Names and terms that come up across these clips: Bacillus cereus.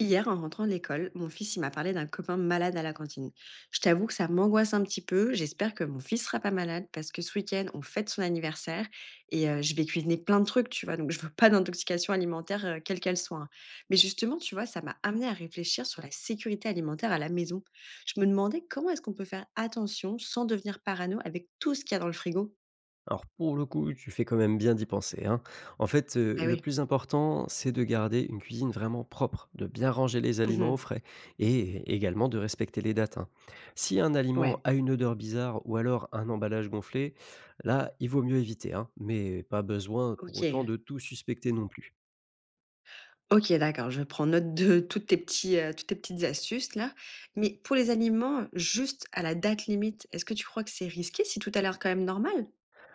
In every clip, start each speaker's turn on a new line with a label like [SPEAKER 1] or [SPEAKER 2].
[SPEAKER 1] Hier, en rentrant de l'école, mon fils il m'a parlé d'un copain malade à la cantine. Je t'avoue que ça m'angoisse un petit peu. J'espère que mon fils sera pas malade parce que ce week-end, on fête son anniversaire et je vais cuisiner plein de trucs, tu vois. Donc, je veux pas d'intoxication alimentaire, quelle qu'elle soit, hein. Mais justement, tu vois, ça m'a amené à réfléchir sur la sécurité alimentaire à la maison. Je me demandais comment est-ce qu'on peut faire attention sans devenir parano avec tout ce qu'il y a dans le frigo.
[SPEAKER 2] Alors pour le coup, tu fais quand même bien d'y penser, hein. En fait,
[SPEAKER 1] Ah
[SPEAKER 2] le
[SPEAKER 1] oui.
[SPEAKER 2] plus important, c'est de garder une cuisine vraiment propre, de bien ranger les aliments au
[SPEAKER 1] Mhm.
[SPEAKER 2] frais et également de respecter les dates, hein. Si un aliment
[SPEAKER 1] Ouais.
[SPEAKER 2] a une odeur bizarre ou alors un emballage gonflé, là, il vaut mieux éviter, hein, mais pas besoin pour
[SPEAKER 1] Ok.
[SPEAKER 2] autant de tout suspecter non plus.
[SPEAKER 1] OK, d'accord, je prends note de tous tes petits, toutes tes petites astuces là. Mais pour les aliments, juste à la date limite, est-ce que tu crois que c'est risqué si tout a l'air quand même normal?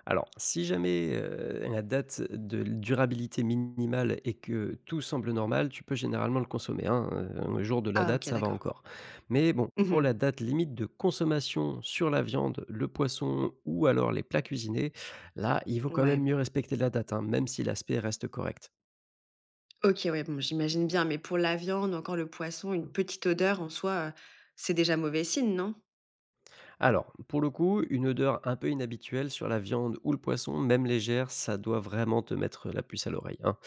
[SPEAKER 2] Alors, si jamais, la date de durabilité minimale et que tout semble normal, tu peux généralement le consommer, hein, le jour de la
[SPEAKER 1] Ah
[SPEAKER 2] date,
[SPEAKER 1] OK,
[SPEAKER 2] ça va
[SPEAKER 1] d'accord.
[SPEAKER 2] encore. Mais bon, pour
[SPEAKER 1] Mmh.
[SPEAKER 2] la date limite de consommation sur la viande, le poisson ou alors les plats cuisinés, là, il vaut quand
[SPEAKER 1] Ouais.
[SPEAKER 2] même mieux respecter la date, hein, même si l'aspect reste correct.
[SPEAKER 1] OK, ouais, bon, j'imagine bien, mais pour la viande ou encore le poisson, une petite odeur en soi, c'est déjà mauvais signe, non?
[SPEAKER 2] Alors, pour le coup, une odeur un peu inhabituelle sur la viande ou le poisson, même légère, ça doit vraiment te mettre la puce à l'oreille, hein.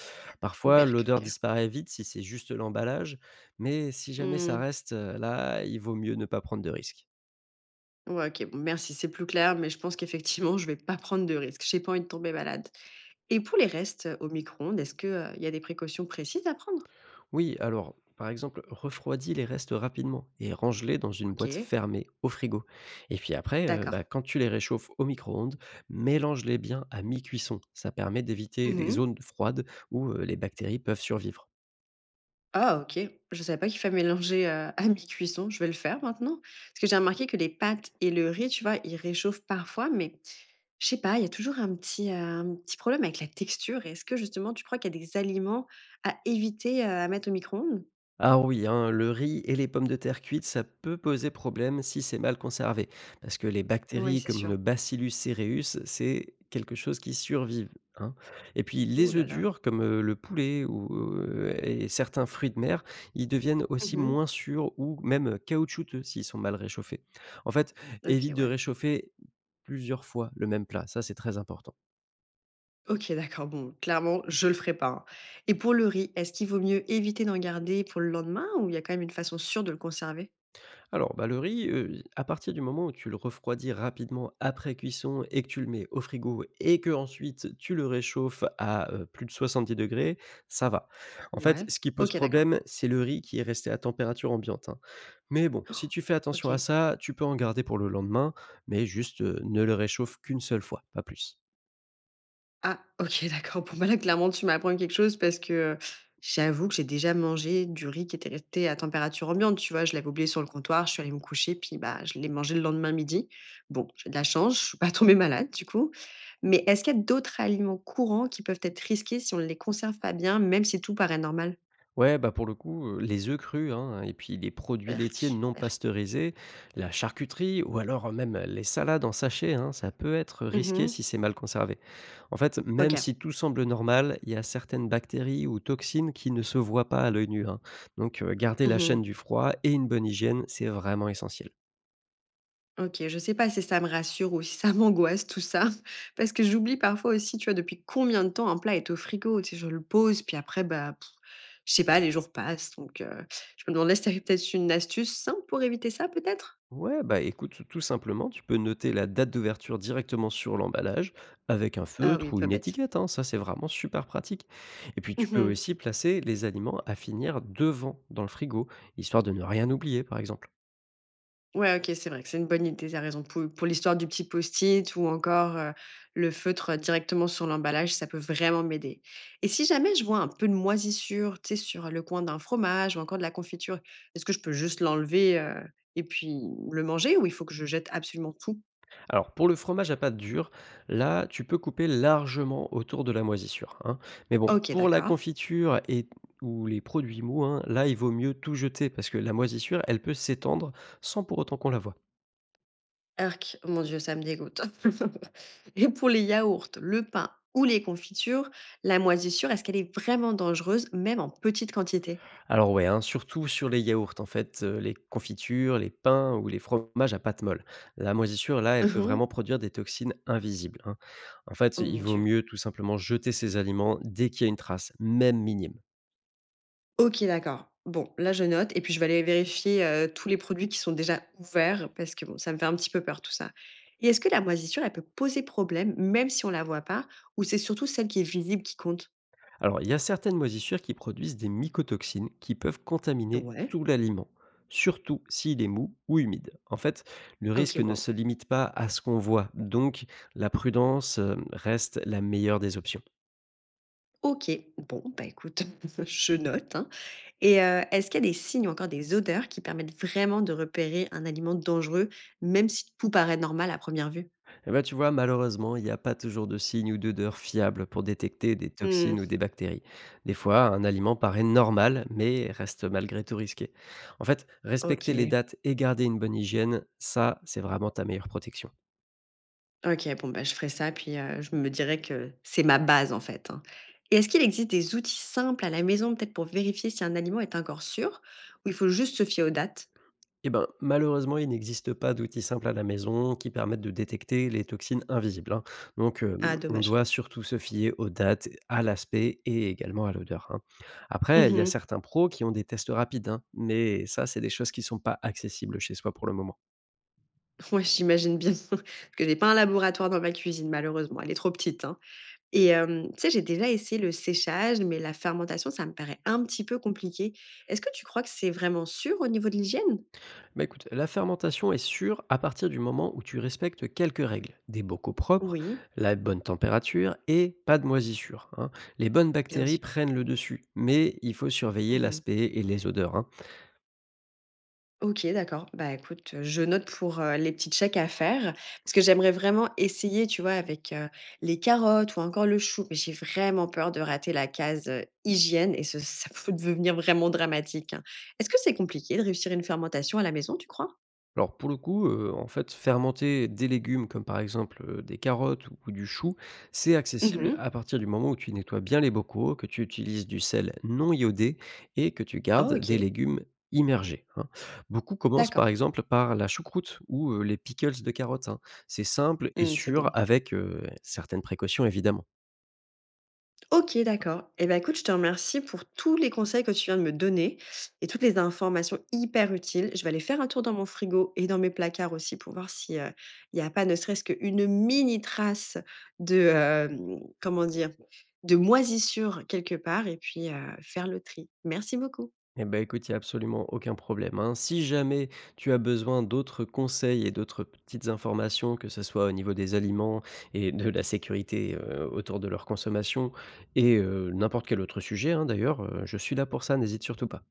[SPEAKER 2] Parfois,
[SPEAKER 1] Berk,
[SPEAKER 2] l'odeur
[SPEAKER 1] OK.
[SPEAKER 2] disparaît vite si c'est juste l'emballage, mais si jamais ça
[SPEAKER 1] Mmh.
[SPEAKER 2] reste là, il vaut mieux ne pas prendre de risques.
[SPEAKER 1] Ouais, OK, bon merci, c'est plus clair, mais je pense qu'effectivement, je vais pas prendre de risques. J'ai pas envie de tomber malade. Et pour les restes, au micro-ondes, est-ce que, il y a des précautions précises à prendre?
[SPEAKER 2] Oui, alors, par exemple, refroidis les restes rapidement et range-les dans une boîte
[SPEAKER 1] OK,
[SPEAKER 2] fermée au frigo. Et puis après,
[SPEAKER 1] d'accord.
[SPEAKER 2] bah, quand tu les réchauffes au micro-ondes, mélange-les bien à mi-cuisson. Ça permet d'éviter les
[SPEAKER 1] Mmh.
[SPEAKER 2] zones froides où les bactéries peuvent survivre.
[SPEAKER 1] Ah OK. Je savais pas qu'il fallait mélanger, à mi-cuisson. Je vais le faire maintenant. Parce que j'ai remarqué que les pâtes et le riz, tu vois, ils réchauffent parfois, mais je sais pas, il y a toujours un petit problème avec la texture. Est-ce que justement tu crois qu'il y a des aliments à éviter, à mettre au micro-ondes?
[SPEAKER 2] Ah oui, hein, le riz et les pommes de terre cuites, ça peut poser problème si c'est mal conservé, parce que les
[SPEAKER 1] Ouais,
[SPEAKER 2] bactéries
[SPEAKER 1] c'est
[SPEAKER 2] comme le
[SPEAKER 1] sûr.
[SPEAKER 2] Bacillus cereus, c'est quelque chose qui survivent, hein. Et puis
[SPEAKER 1] Ouh
[SPEAKER 2] les œufs
[SPEAKER 1] là là.
[SPEAKER 2] durs, comme le poulet ou et certains fruits de mer, ils deviennent aussi
[SPEAKER 1] Mmh.
[SPEAKER 2] moins sûrs ou même caoutchouteux s'ils sont mal réchauffés. En fait,
[SPEAKER 1] OK,
[SPEAKER 2] évite de
[SPEAKER 1] ouais.
[SPEAKER 2] réchauffer plusieurs fois le même plat, ça c'est très important.
[SPEAKER 1] OK, d'accord. Bon, clairement, je le ferai pas, hein. Et pour le riz, est-ce qu'il vaut mieux éviter d'en garder pour le lendemain ou il y a quand même une façon sûre de le conserver?
[SPEAKER 2] Alors, bah, le riz, à partir du moment où tu le refroidis rapidement après cuisson et que tu le mets au frigo et que ensuite tu le réchauffes à, plus de 70 degrés, ça va. En fait,
[SPEAKER 1] Ouais.
[SPEAKER 2] ce qui pose
[SPEAKER 1] OK, d'accord.
[SPEAKER 2] problème, c'est le riz qui est resté à température ambiante, hein. Mais bon, si tu fais attention à
[SPEAKER 1] OK.
[SPEAKER 2] ça, tu peux en garder pour le lendemain, mais juste, ne le réchauffe qu'une seule fois, pas plus.
[SPEAKER 1] Ah OK, d'accord. Bon, bah, là, clairement, tu m'apprends quelque chose parce que, j'avoue que j'ai déjà mangé du riz qui était resté à température ambiante, tu vois? Je l'avais oublié sur le comptoir, je suis allée me coucher, puis, bah, je l'ai mangé le lendemain midi. Bon, j'ai de la chance, je suis pas tombée malade, du coup. Mais est-ce qu'il y a d'autres aliments courants qui peuvent être risqués si on ne les conserve pas bien, même si tout paraît normal?
[SPEAKER 2] Ouais, bah pour le coup, les œufs crus, hein, et puis les produits laitiers
[SPEAKER 1] Berk,
[SPEAKER 2] non
[SPEAKER 1] berk.
[SPEAKER 2] pasteurisés, la charcuterie ou alors même les salades en sachet, hein, ça peut être risqué
[SPEAKER 1] Mmh.
[SPEAKER 2] si c'est mal conservé. En fait,
[SPEAKER 1] OK.
[SPEAKER 2] même si tout semble normal, il y a certaines bactéries ou toxines qui ne se voient pas à l'œil nu, hein. Donc, garder la
[SPEAKER 1] Mmh.
[SPEAKER 2] chaîne du froid et une bonne hygiène, c'est vraiment essentiel.
[SPEAKER 1] OK, je sais pas si ça me rassure ou si ça m'angoisse tout ça, parce que j'oublie parfois aussi, tu vois, depuis combien de temps un plat est au frigo, tu sais, je le pose, puis après, bah, pff, je sais pas, les jours passent, donc je me demandais si tu avais peut-être une astuce simple pour éviter ça peut-être?
[SPEAKER 2] Ouais, bah écoute, tout simplement, tu peux noter la date d'ouverture directement sur l'emballage avec un
[SPEAKER 1] Ah oui,
[SPEAKER 2] feutre ou
[SPEAKER 1] pas
[SPEAKER 2] une
[SPEAKER 1] bête.
[SPEAKER 2] étiquette, hein, ça c'est vraiment super pratique. Et puis tu peux aussi placer les aliments à finir devant dans le frigo, histoire de ne rien oublier par exemple.
[SPEAKER 1] Ouais, OK, c'est vrai que c'est une bonne idée, tu raison. Pour l'histoire du petit post-it ou encore, le feutre directement sur l'emballage, ça peut vraiment m'aider. Et si jamais je vois un peu de moisissure, tu sais, sur le coin d'un fromage ou encore de la confiture, est-ce que je peux juste l'enlever, et puis le manger ou il faut que je jette absolument tout?
[SPEAKER 2] Alors pour le fromage à pâte dure, là tu peux couper largement autour de la moisissure, hein. Mais bon,
[SPEAKER 1] OK,
[SPEAKER 2] pour la
[SPEAKER 1] d'accord.
[SPEAKER 2] confiture et ou les produits mous, hein, là il vaut mieux tout jeter parce que la moisissure elle peut s'étendre sans pour autant qu'on la voie.
[SPEAKER 1] Urk, mon Dieu, ça me dégoûte. Et pour les yaourts, le pain ou les confitures, la moisissure, est-ce qu'elle est vraiment dangereuse, même en petite quantité?
[SPEAKER 2] Alors ouais, hein, surtout sur les yaourts en fait, les confitures, les pains ou les fromages à pâte molle. La moisissure là, elle peut vraiment
[SPEAKER 1] Mmh.
[SPEAKER 2] produire des toxines invisibles, hein. En fait,
[SPEAKER 1] Oh
[SPEAKER 2] il
[SPEAKER 1] mon
[SPEAKER 2] vaut
[SPEAKER 1] Dieu.
[SPEAKER 2] mieux tout simplement jeter ces aliments dès qu'il y a une trace, même minime.
[SPEAKER 1] OK, d'accord. Bon, là, je note et puis je vais aller vérifier, tous les produits qui sont déjà ouverts parce que bon, ça me fait un petit peu peur tout ça et est-ce que la moisissure, elle peut poser problème même si on la voit pas ou c'est surtout celle qui est visible qui compte?
[SPEAKER 2] Alors il y a certaines moisissures qui produisent des mycotoxines qui peuvent contaminer
[SPEAKER 1] Ouais,
[SPEAKER 2] tout l'aliment, surtout s'il est mou ou humide. En fait, le
[SPEAKER 1] OK,
[SPEAKER 2] risque ne
[SPEAKER 1] waouh.
[SPEAKER 2] se limite pas à ce qu'on voit, donc la prudence, reste la meilleure des options.
[SPEAKER 1] OK, bon, bah, écoute, je note, hein, et est-ce qu'il y a des signes ou encore des odeurs qui permettent vraiment de repérer un aliment dangereux, même si tout paraît normal à première vue?
[SPEAKER 2] Eh ben tu vois, malheureusement, il n'y a pas toujours de signes ou d'odeurs fiables pour détecter des
[SPEAKER 1] Mmh.
[SPEAKER 2] toxines ou des bactéries. Des fois, un aliment paraît normal, mais reste malgré tout risqué. En fait, respecter les
[SPEAKER 1] OK.
[SPEAKER 2] dates et garder une bonne hygiène, ça, c'est vraiment ta meilleure protection.
[SPEAKER 1] OK, bon, bah, je ferai ça, puis, je me dirai que c'est ma base, en fait, hein. Et est-ce qu'il existe des outils simples à la maison, peut-être pour vérifier si un aliment est encore sûr ou il faut juste se fier aux dates?
[SPEAKER 2] Eh ben, malheureusement, il n'existe pas d'outils simples à la maison qui permettent de détecter les toxines invisibles, hein. Donc,
[SPEAKER 1] Ah
[SPEAKER 2] on
[SPEAKER 1] dommage.
[SPEAKER 2] doit surtout se fier aux dates, à l'aspect et également à l'odeur, hein. Après, il y a
[SPEAKER 1] Mmh.
[SPEAKER 2] certains pros qui ont des tests rapides, hein, mais ça, c'est des choses qui ne sont pas accessibles chez soi pour le moment.
[SPEAKER 1] Ouais, j'imagine bien parce que j'ai pas un laboratoire dans ma cuisine malheureusement, elle est trop petite, hein. Et tu sais, j'ai déjà essayé le séchage, mais la fermentation, ça me paraît un petit peu compliqué. Est-ce que tu crois que c'est vraiment sûr au niveau de l'hygiène?
[SPEAKER 2] Bah écoute, la fermentation est sûre à partir du moment où tu respectes quelques règles. Des bocaux propres,
[SPEAKER 1] Oui,
[SPEAKER 2] la bonne température et pas de moisissure, hein. Les bonnes
[SPEAKER 1] bien
[SPEAKER 2] bactéries
[SPEAKER 1] sûr.
[SPEAKER 2] prennent le dessus, mais il faut surveiller
[SPEAKER 1] Mmh.
[SPEAKER 2] l'aspect et les odeurs, hein.
[SPEAKER 1] OK, d'accord. Bah, écoute, je note pour, les petits chèques à faire parce que j'aimerais vraiment essayer, tu vois, avec, les carottes ou encore le chou. Mais j'ai vraiment peur de rater la case, hygiène et ce ça peut devenir vraiment dramatique, hein. Est-ce que c'est compliqué de réussir une fermentation à la maison, tu crois?
[SPEAKER 2] Alors pour le coup, en fait, fermenter des légumes comme par exemple, des carottes ou du chou, c'est accessible
[SPEAKER 1] Mmh.
[SPEAKER 2] à partir du moment où tu nettoies bien les bocaux, que tu utilises du sel non iodé et que tu
[SPEAKER 1] Oh
[SPEAKER 2] gardes des
[SPEAKER 1] OK,
[SPEAKER 2] légumes immergés, hein. Beaucoup commencent
[SPEAKER 1] d'accord.
[SPEAKER 2] par exemple par la choucroute ou, les pickles de carottes, hein. C'est simple et
[SPEAKER 1] Mmh, c'est
[SPEAKER 2] sûr
[SPEAKER 1] bon.
[SPEAKER 2] avec, certaines précautions évidemment.
[SPEAKER 1] OK, d'accord. Eh ben, écoute, je te remercie pour tous les conseils que tu viens de me donner et toutes les informations hyper utiles. Je vais aller faire un tour dans mon frigo et dans mes placards aussi pour voir si, il n'y a pas ne serait-ce qu'une mini trace de, comment dire? De moisissure quelque part et puis, faire le tri. Merci beaucoup.
[SPEAKER 2] Eh ben, écoute, il y a absolument aucun problème, hein. Si jamais tu as besoin d'autres conseils et d'autres petites informations, que ce soit au niveau des aliments et de la sécurité, autour de leur consommation et n'importe quel autre sujet, hein, d'ailleurs, je suis là pour ça, n'hésite surtout pas.